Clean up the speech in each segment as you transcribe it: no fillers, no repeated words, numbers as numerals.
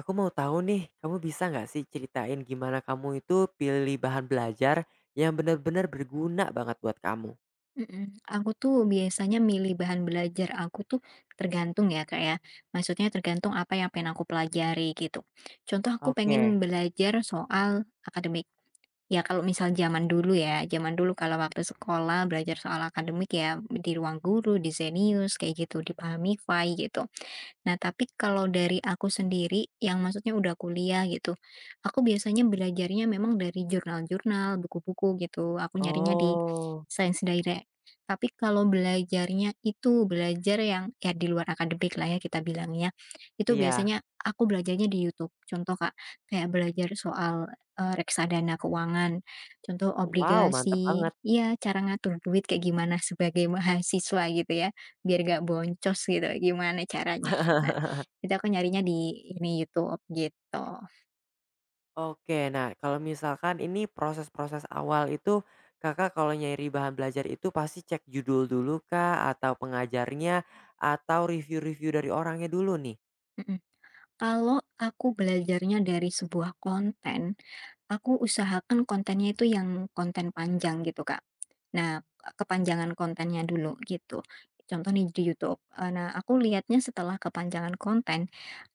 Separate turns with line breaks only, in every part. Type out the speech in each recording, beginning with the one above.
Aku mau tahu nih, kamu bisa nggak sih ceritain gimana kamu itu pilih bahan belajar yang benar-benar berguna banget buat kamu?
Mhm, aku tuh biasanya milih bahan belajar aku tuh tergantung ya Kak ya, maksudnya tergantung apa yang pengen aku pelajari gitu. Contoh aku
Oke.
pengen belajar soal akademik, ya kalau misal zaman dulu ya, zaman dulu kalau waktu sekolah belajar soal akademik ya di ruang guru, di Zenius kayak gitu, di Pahami Fai gitu. Nah, tapi kalau dari aku sendiri yang maksudnya udah kuliah gitu, aku biasanya belajarnya memang dari jurnal-jurnal, buku-buku gitu. Aku nyarinya di
Oh,
Science Direct. Tapi kalau belajarnya itu belajar yang ya di luar akademik lah ya kita bilangnya, itu
iya.
biasanya aku belajarnya di YouTube. Contoh Kak, kayak belajar soal reksadana keuangan, contoh
Wow, mantap
obligasi,
banget.
ya cara ngatur duit kayak gimana sebagai mahasiswa gitu ya. Biar gak boncos gitu, gimana caranya. Nah, itu aku nyarinya di ini, YouTube gitu.
Oke, nah kalau misalkan ini proses-proses awal itu Kakak kalau nyari bahan belajar itu pasti cek judul dulu kah atau pengajarnya atau review-review dari orangnya dulu nih?
Mhm. Kalau aku belajarnya dari sebuah konten, aku usahakan kontennya itu yang konten panjang gitu, Kak. Nah, kepanjangan kontennya dulu gitu. Contoh nih di YouTube, nah aku lihatnya setelah kepanjangan konten.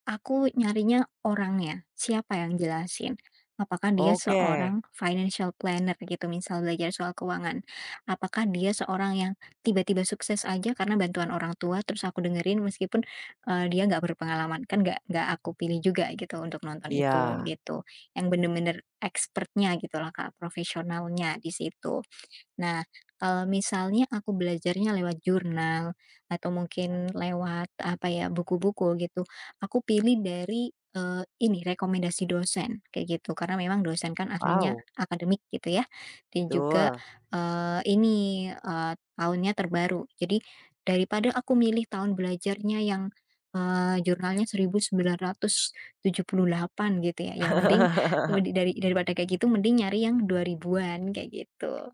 Aku nyarinya orangnya, siapa yang jelasin. Apakah dia
Oke.
seorang financial planner gitu, misal belajar soal keuangan. Apakah dia seorang yang tiba-tiba sukses aja karena bantuan orang tua, terus aku dengerin meskipun, dia nggak berpengalaman, kan nggak aku pilih juga gitu untuk nonton
Iya.
itu, gitu. Yang bener-bener expertnya gitulah Kak, profesionalnya di situ. Nah, kalau misalnya aku belajarnya lewat jurnal atau mungkin lewat apa ya, buku-buku gitu, aku pilih dari, ini rekomendasi dosen kayak gitu. Karena memang dosen kan ahlinya
Wow,
akademik gitu ya, dan juga,
betul.
eee, ini, eee, tahunnya terbaru. Jadi daripada aku milih tahun belajarnya yang, jurnalnya 1978 gitu ya, yang mending daripada kayak gitu mending nyari yang 2000-an kayak gitu.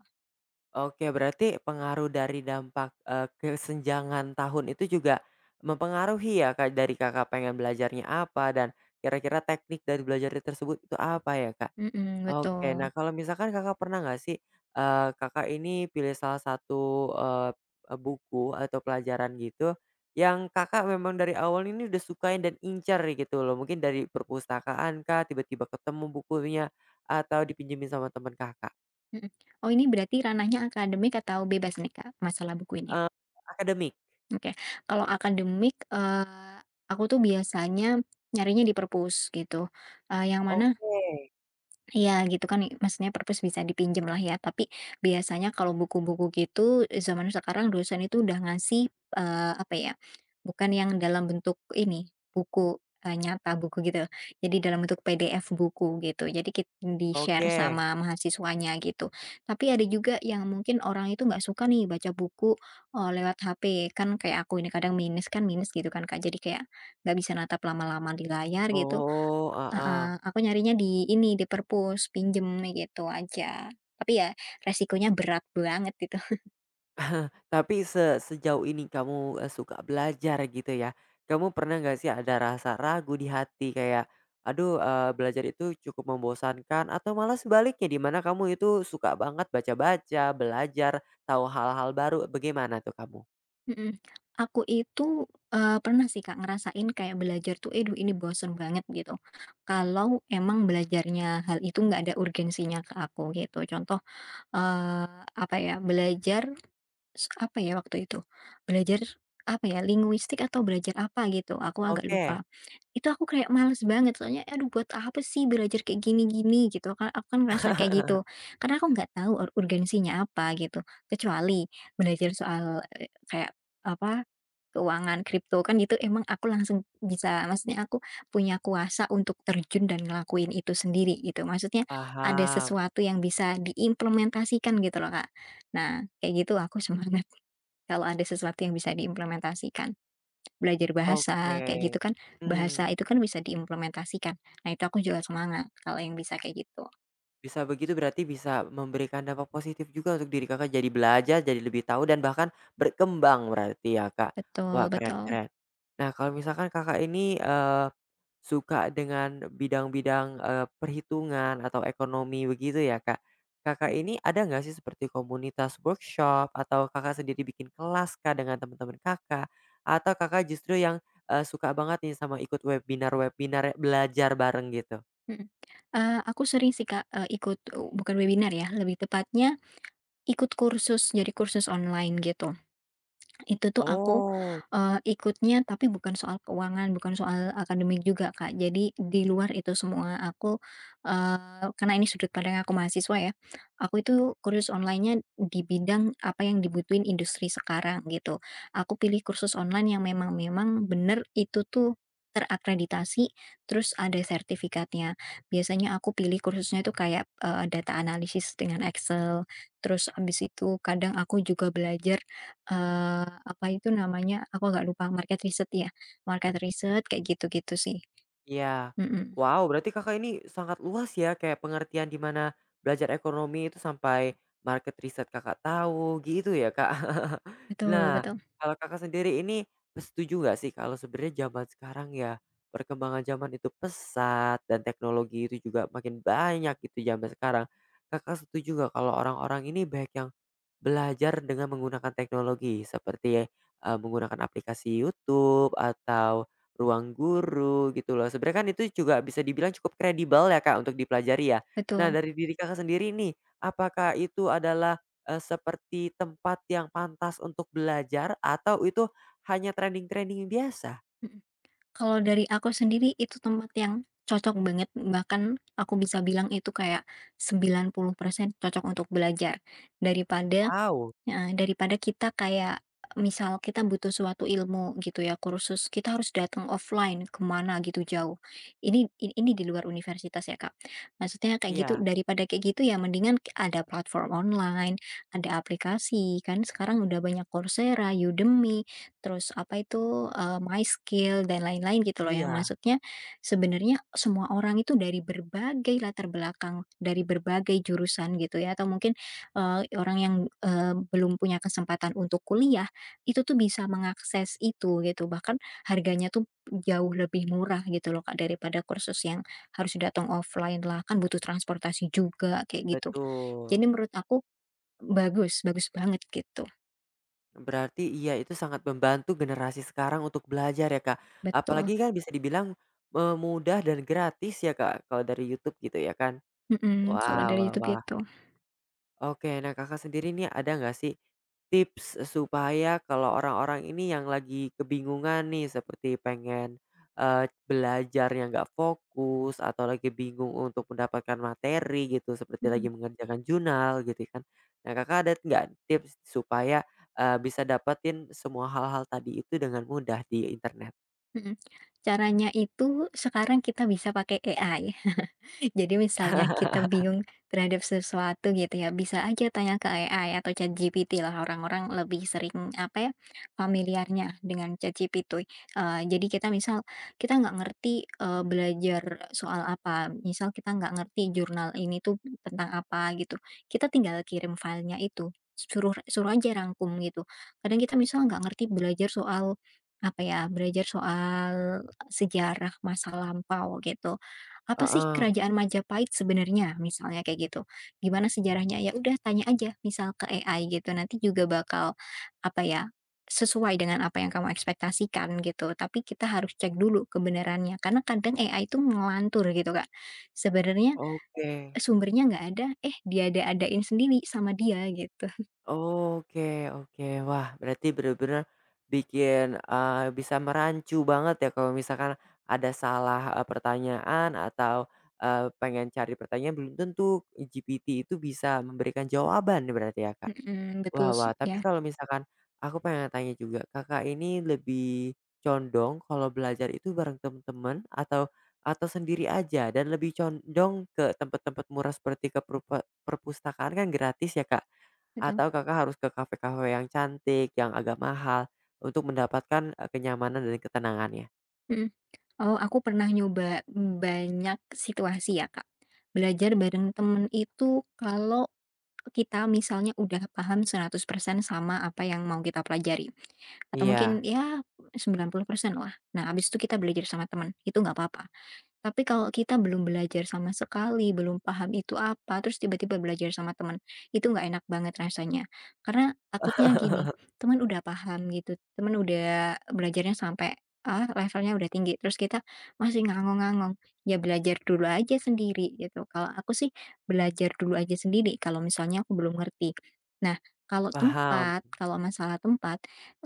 Oke, berarti pengaruh dari dampak, kesenjangan tahun itu juga mempengaruhi ya, Kak, dari Kakak pengen belajarnya apa dan kira-kira teknik dari belajar tersebut itu apa ya, Kak?
Mhm,
Oke, nah
betul.
kalau misalkan Kakak pernah nggak sih, Kakak ini pilih salah satu, e buku atau pelajaran gitu yang Kakak memang dari awal ini udah sukain dan incar gitu loh, mungkin dari perpustakaan kak tiba-tiba ketemu bukunya, atau dipinjemin sama teman Kakak?
Mhm. Oh, ini berarti ranahnya akademik atau bebas nih, Kak, masalah buku ini?
Eee, akademik.
Oke. Kalau akademik, aku tuh biasanya nyarinya di perpus gitu, yang mana.
Oke
Iya gitu kan, maksudnya perpus bisa dipinjam lah ya, tapi biasanya kalau buku-buku gitu zaman sekarang dosen itu udah ngasih, apa ya, bukan yang dalam bentuk ini, buku, nyata buku gitu, jadi dalam bentuk PDF buku gitu, jadi kita di-share
oke.
sama mahasiswanya gitu. Tapi ada juga yang mungkin orang itu nggak suka nih baca buku, lewat HP, kan kayak aku ini kadang minus kan minus gitu kan Kak, jadi kayak nggak bisa natap lama-lama di layar gitu.
Oh,
Heeh,
heeh.
aku nyarinya di ini, di perpus, pinjem gitu aja. Tapi ya resikonya berat banget gitu.
Tapi se Sejauh ini kamu, suka belajar gitu ya, kamu pernah nggak sih ada rasa ragu di hati kayak, aduh, belajar itu cukup membosankan atau malah sebaliknya di mana kamu itu suka banget baca-baca, belajar, tahu hal-hal baru, bagaimana tuh kamu?
Mhm. Aku itu, pernah sih Kak ngerasain kayak belajar tuh, "Aduh ini bosen banget," gitu. Kalau emang belajarnya hal itu nggak ada urgensinya ke aku gitu. Contoh, eee, apa ya, belajar apa ya waktu itu, belajar apa ya, linguistik atau belajar apa gitu, aku agak
Oke.
lupa. Itu aku kayak males banget, soalnya aduh buat apa sih belajar kayak gini-gini gitu kan, aku kan ngerasa kayak gitu. Karena aku nggak tahu urgensinya apa gitu, kecuali belajar soal, kayak apa, keuangan kripto kan gitu emang aku langsung bisa maksudnya aku punya kuasa untuk terjun dan ngelakuin itu sendiri gitu, maksudnya ada
Paham.
sesuatu yang bisa diimplementasikan gitu loh, Kak. Nah, kayak gitu aku semangat kalau ada sesuatu yang bisa diimplementasikan. Belajar bahasa,
Oke.
kayak gitu kan, bahasa
Hmm.
itu kan bisa diimplementasikan. Nah, itu aku juga semangat kalau yang bisa kayak gitu.
Bisa begitu berarti bisa memberikan dampak positif juga untuk diri Kakak, jadi belajar, jadi lebih tahu dan bahkan berkembang berarti ya, Kak.
Betul,
Wah, keren
betul.
keren. Nah, kalau misalkan Kakak ini, suka dengan bidang-bidang, perhitungan atau ekonomi begitu ya, Kak. Kakak
Mmm,
ini ada nggak sih seperti komunitas workshop atau Kakak sendiri bikin kelas Kak, dengan teman-teman Kakak? Atau Kakak justru yang, suka banget nih sama ikut webinar-webinar belajar bareng gitu?
mhm. Aku sering sih Kak, ikut, bukan webinar ya, lebih tepatnya ikut kursus, jadi kursus online gitu. Itu tuh aku,
Oh.
ikutnya tapi bukan soal keuangan, bukan soal akademik juga, Kak. Jadi di luar itu semua aku, karena ini sudut pandang aku mahasiswa ya, aku itu kursus online-nya di bidang apa yang dibutuhin industri sekarang gitu. Aku pilih kursus online yang memang memang bener itu tuh terakreditasi, terus ada sertifikatnya. Biasanya aku pilih kursusnya itu kayak, data analisis dengan Excel, terus abis itu kadang aku juga belajar, apa itu namanya, aku nggak lupa, market riset ya, market riset kayak gitu-gitu sih,
Iya.
mhm,
Wow, berarti Kakak ini sangat luas ya, kayak pengertian di mana belajar ekonomi itu sampai market riset Kakak tahu, gitu ya, Kak?
betul,
Nah,
betul,
kalau Kakak sendiri ini setuju nggak sih kalau sebenarnya zaman sekarang ya, perkembangan zaman itu pesat dan teknologi itu juga makin banyak gitu zaman sekarang. Kakak setuju nggak kalau orang-orang ini baik yang belajar dengan menggunakan teknologi seperti, menggunakan aplikasi YouTube atau ruang guru gitu loh. Sebenarnya kan itu juga bisa dibilang cukup kredibel ya, Kak, untuk dipelajari ya. Nah
betul,
dari diri Kakak sendiri nih, apakah itu adalah, seperti tempat yang pantas untuk belajar atau itu hanya trending-trending biasa?
mhm. Kalau dari aku sendiri itu tempat yang cocok banget, bahkan aku bisa bilang itu kayak 90% cocok untuk belajar, daripada.
Wow,
Heeh, daripada kita kayak, misal kita butuh suatu ilmu gitu ya, kursus, kita harus datang offline kemana gitu jauh. Ini di luar universitas ya, Kak. Maksudnya kayak gitu,
iya
daripada kayak gitu ya mendingan ada platform online, ada aplikasi, kan sekarang udah banyak Coursera, Udemy, terus apa itu, MySkill dan lain-lain gitu loh, yang
iya,
maksudnya sebenarnya semua orang itu dari berbagai latar belakang, dari berbagai jurusan gitu ya, atau mungkin orang yang, belum punya kesempatan untuk kuliah, itu tuh bisa mengakses itu gitu, bahkan harganya tuh jauh lebih murah gitu loh Kak, daripada kursus yang harus datang offline lah, kan butuh transportasi juga kayak gitu.
betul.
Jadi menurut aku bagus, bagus banget gitu,
Berarti iya itu sangat membantu generasi sekarang untuk belajar ya, Kak.
betul,
Apalagi kan bisa dibilang, mudah dan gratis ya, Kak, kalau dari YouTube gitu ya kan?
mhm, kalau
Wah
dari
wah
itu
wah.
gitu,
Oke, nah Kakak sendiri nih ada nggak sih tips supaya kalau orang-orang ini yang lagi kebingungan nih seperti pengen eh, belajar yang nggak fokus atau lagi bingung untuk mendapatkan materi gitu seperti
mhm,
lagi mengerjakan jurnal gitu kan. Nah Kakak ada nggak tips supaya eh, bisa dapetin semua hal-hal tadi itu dengan mudah di internet?
mhm. Caranya itu sekarang kita bisa pakai AI. Jadi misalnya kita bingung terhadap sesuatu gitu ya, bisa aja tanya ke AI atau ChatGPT lah, orang-orang lebih sering apa ya, familiarnya dengan ChatGPT. Jadi kita misal, kita nggak ngerti, belajar soal apa, misal kita nggak ngerti jurnal ini tuh tentang apa gitu, kita tinggal kirim filenya itu, suruh, suruh aja rangkum gitu. Kadang kita misal nggak ngerti belajar soal apa ya, belajar soal sejarah masa lampau gitu. Apa sih
Heeh,
kerajaan Majapahit sebenarnya? Misalnya kayak gitu. Gimana sejarahnya? Ya udah tanya aja misal ke AI gitu, nanti juga bakal apa ya, sesuai dengan apa yang kamu ekspektasikan gitu. Tapi kita harus cek dulu kebenarannya karena kadang AI itu ngelantur gitu, Kak. Sebenarnya
oke.
sumbernya nggak ada, eh dia adain sendiri sama dia gitu.
Oke oke. Wah, berarti bener-bener bikin, bisa merancu banget ya kalau misalkan ada salah, pertanyaan atau, pengen cari pertanyaan belum tentu GPT itu bisa memberikan jawaban berarti ya, Kak?
Mhm, betul
Wah wah,
ya,
tapi kalau misalkan aku pengen tanya juga, Kakak ini lebih condong kalau belajar itu bareng teman-teman atau sendiri aja dan lebih condong ke tempat-tempat murah seperti ke perupa perpustakaan kan gratis ya, Kak?
betul.
Atau Kakak harus ke kafe-kafe yang cantik, yang agak mahal untuk mendapatkan, kenyamanan dan ketenangannya?
Mhm. Oh, aku pernah nyoba banyak situasi ya, Kak. Belajar bareng temen itu kalau kita misalnya udah paham 100% sama apa yang mau kita pelajari, atau
Iya,
mungkin ya 90% lah. Nah, abis itu kita belajar sama teman, itu nggak apa-apa. Tapi kalau kita belum belajar sama sekali, belum paham itu apa, terus tiba-tiba belajar sama teman, itu nggak enak banget rasanya. Karena takutnya gini, teman udah paham gitu, teman udah belajarnya sampai ah, levelnya udah tinggi, terus kita masih ngangong-ngangong, ya belajar dulu aja sendiri gitu. Kalau aku sih belajar dulu aja sendiri, kalau misalnya aku belum ngerti. Nah,
paham.
kalau masalah tempat,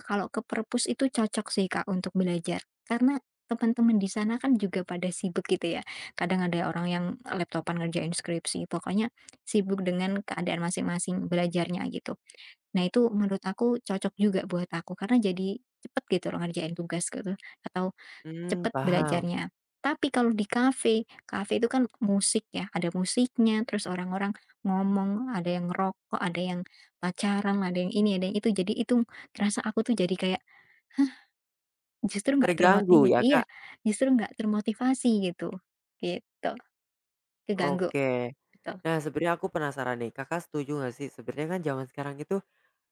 kalau ke perpus itu cocok sih Kak untuk belajar. Karena teman-teman di sana kan juga pada sibuk gitu ya. Kadang ada orang yang laptopan ngerjain skripsi, pokoknya sibuk dengan keadaan masing-masing belajarnya gitu. Nah itu menurut aku cocok juga buat aku karena jadi cepet gitu loh ngerjain tugas gitu atau
Mmm,
cepet
paham.
belajarnya. Tapi kalau di kafe, kafe itu kan musik ya, ada musiknya, terus orang-orang ngomong, ada yang ngerokok, ada yang pacaran, ada yang ini, ada yang itu. Jadi itu kerasa aku tuh jadi kayak justru nggak
Terganggu
termotivasi,
ya,
iya,
Kak?
justru nggak termotivasi gitu, keganggu,
Oke.
betul,
Nah, sebenarnya aku penasaran nih, Kakak setuju nggak sih sebenarnya kan zaman sekarang itu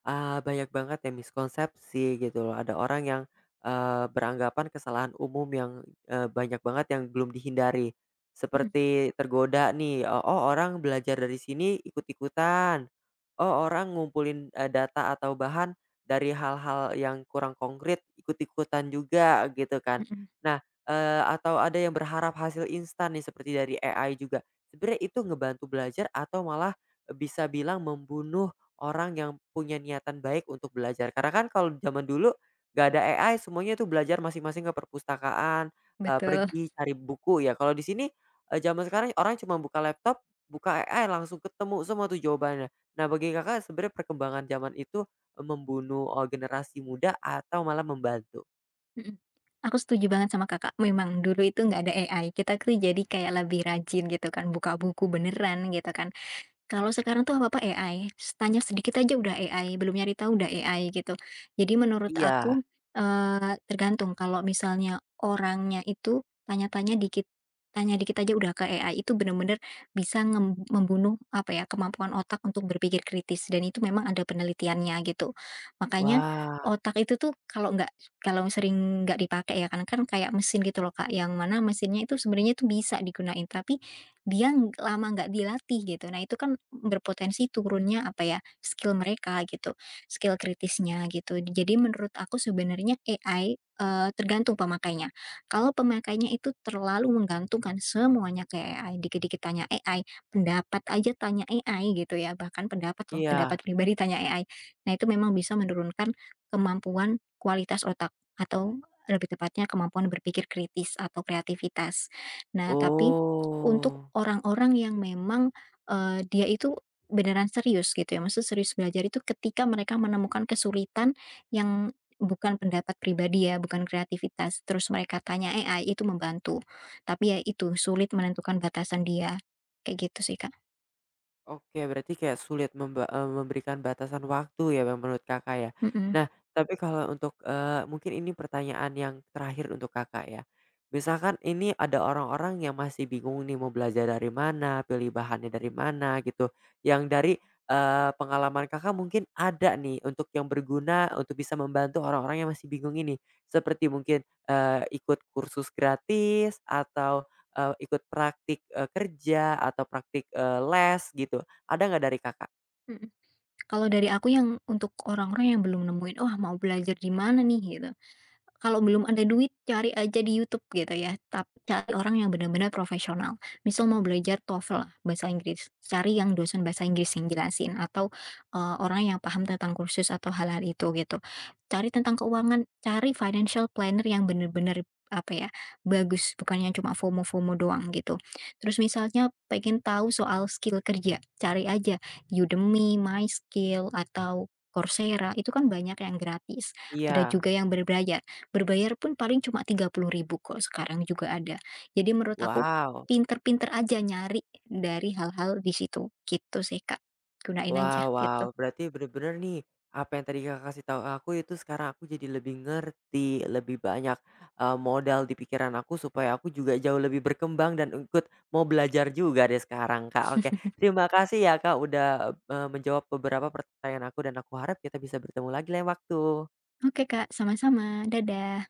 ah, banyak banget ya miskonsepsi gitu loh. Ada orang yang, beranggapan kesalahan umum yang, banyak banget yang belum dihindari.
mhm,
Seperti tergoda nih, "Oh, orang belajar dari sini ikut-ikutan. Oh, orang ngumpulin, data atau bahan dari hal-hal yang kurang konkret ikut-ikutan juga," gitu kan.
mhm,
Nah, atau ada yang berharap hasil instan nih seperti dari AI juga. Sebenarnya itu ngebantu belajar atau malah bisa bilang membunuh orang yang punya niatan baik untuk belajar. Karena kan kalau zaman dulu gak ada AI semuanya itu belajar masing-masing ke perpustakaan,
betul,
pergi cari buku ya. Kalau di sini, zaman sekarang orang cuma buka laptop, buka AI langsung ketemu semua tuh jawabannya. Nah bagi Kakak sebenarnya perkembangan zaman itu, membunuh, generasi muda atau malah membantu?
mhm. Aku setuju banget sama Kakak, memang dulu itu nggak ada AI, kita tuh jadi kayak lebih rajin gitu kan, buka buku beneran gitu kan. Kalau sekarang tuh apa-apa AI, tanya sedikit aja udah AI, belum nyari tahu udah AI gitu. Jadi menurut
Iya.
aku, tergantung kalau misalnya orangnya itu tanya dikit aja udah ke AI itu bener-bener bisa membunuh apa ya, kemampuan otak untuk berpikir kritis dan itu memang ada penelitiannya gitu. Makanya
Wah,
otak itu tuh kalau sering nggak dipakai ya kan, kan kayak mesin gitu loh Kak, yang mana mesinnya itu sebenarnya itu bisa digunain tapi dia lama nggak dilatih gitu. Nah, itu kan berpotensi turunnya apa ya, skill mereka gitu, skill kritisnya gitu. Jadi menurut aku sebenarnya AI, tergantung pemakainya. Kalau pemakainya itu terlalu menggantungkan semuanya ke AI, dikit-dikit tanya AI, pendapat aja tanya AI gitu ya, bahkan pendapat loh,
iya.
pendapat pribadi tanya AI. Nah, itu memang bisa menurunkan kemampuan kualitas otak atau lebih tepatnya kemampuan berpikir kritis atau kreativitas. Nah, tapi untuk
Oh.
orang-orang yang memang, dia itu beneran serius gitu ya, maksud serius belajar itu ketika mereka menemukan kesulitan yang bukan pendapat pribadi ya, bukan kreativitas, terus mereka tanya AI itu membantu. Tapi ya itu, sulit menentukan batasan dia, kayak gitu sih Kak.
Oke, berarti kayak sulit memberikan batasan waktu ya Bang, menurut Kakak ya.
Mhm,
Nah, tapi kalau untuk, mungkin ini pertanyaan yang terakhir untuk Kakak ya. Misalkan ini ada orang-orang yang masih bingung nih mau belajar dari mana, pilih bahannya dari mana gitu, yang dari, pengalaman Kakak mungkin ada nih untuk yang berguna untuk bisa membantu orang-orang yang masih bingung ini. Seperti mungkin, ikut kursus gratis atau eee, ikut praktik, kerja atau praktik, les gitu, ada nggak dari Kakak?
mhm. Kalau dari aku yang untuk orang-orang yang belum nemuin, "Oh, mau belajar di mana nih?" Gitu. Kalau belum ada duit cari aja di YouTube gitu ya, tapi cari orang yang benar-benar profesional. Misal mau belajar TOEFL lah bahasa Inggris, cari yang dosen bahasa Inggris yang jelasin atau, orang yang paham tentang kursus atau hal-hal itu gitu. Cari tentang keuangan, cari financial planner yang benar-benar apa ya, bagus bukannya cuma FOMO-FOMO doang gitu. Terus misalnya pengen tahu soal skill kerja, cari aja Udemy, MySkill, atau Coursera, itu kan banyak yang gratis, ada
Iya.
juga yang berbayar. Berbayar pun paling cuma 30.000 kok, sekarang juga ada. Jadi menurut aku
Wow.
pinter-pinter aja nyari dari hal-hal di situ, gitu sih Kak. Gunain aja
Wow wow,
gitu.
berarti bener-bener nih, apa yang tadi Kakak kasih tahu aku itu sekarang aku jadi lebih ngerti, lebih banyak, modal di pikiran aku supaya aku juga jauh lebih berkembang dan ikut mau belajar juga deh sekarang, Kak. Oke, terima kasih ya, Kak, udah, menjawab beberapa pertanyaan aku dan aku harap kita bisa bertemu lagi lain waktu.
Oke Kak, sama-sama, dadah.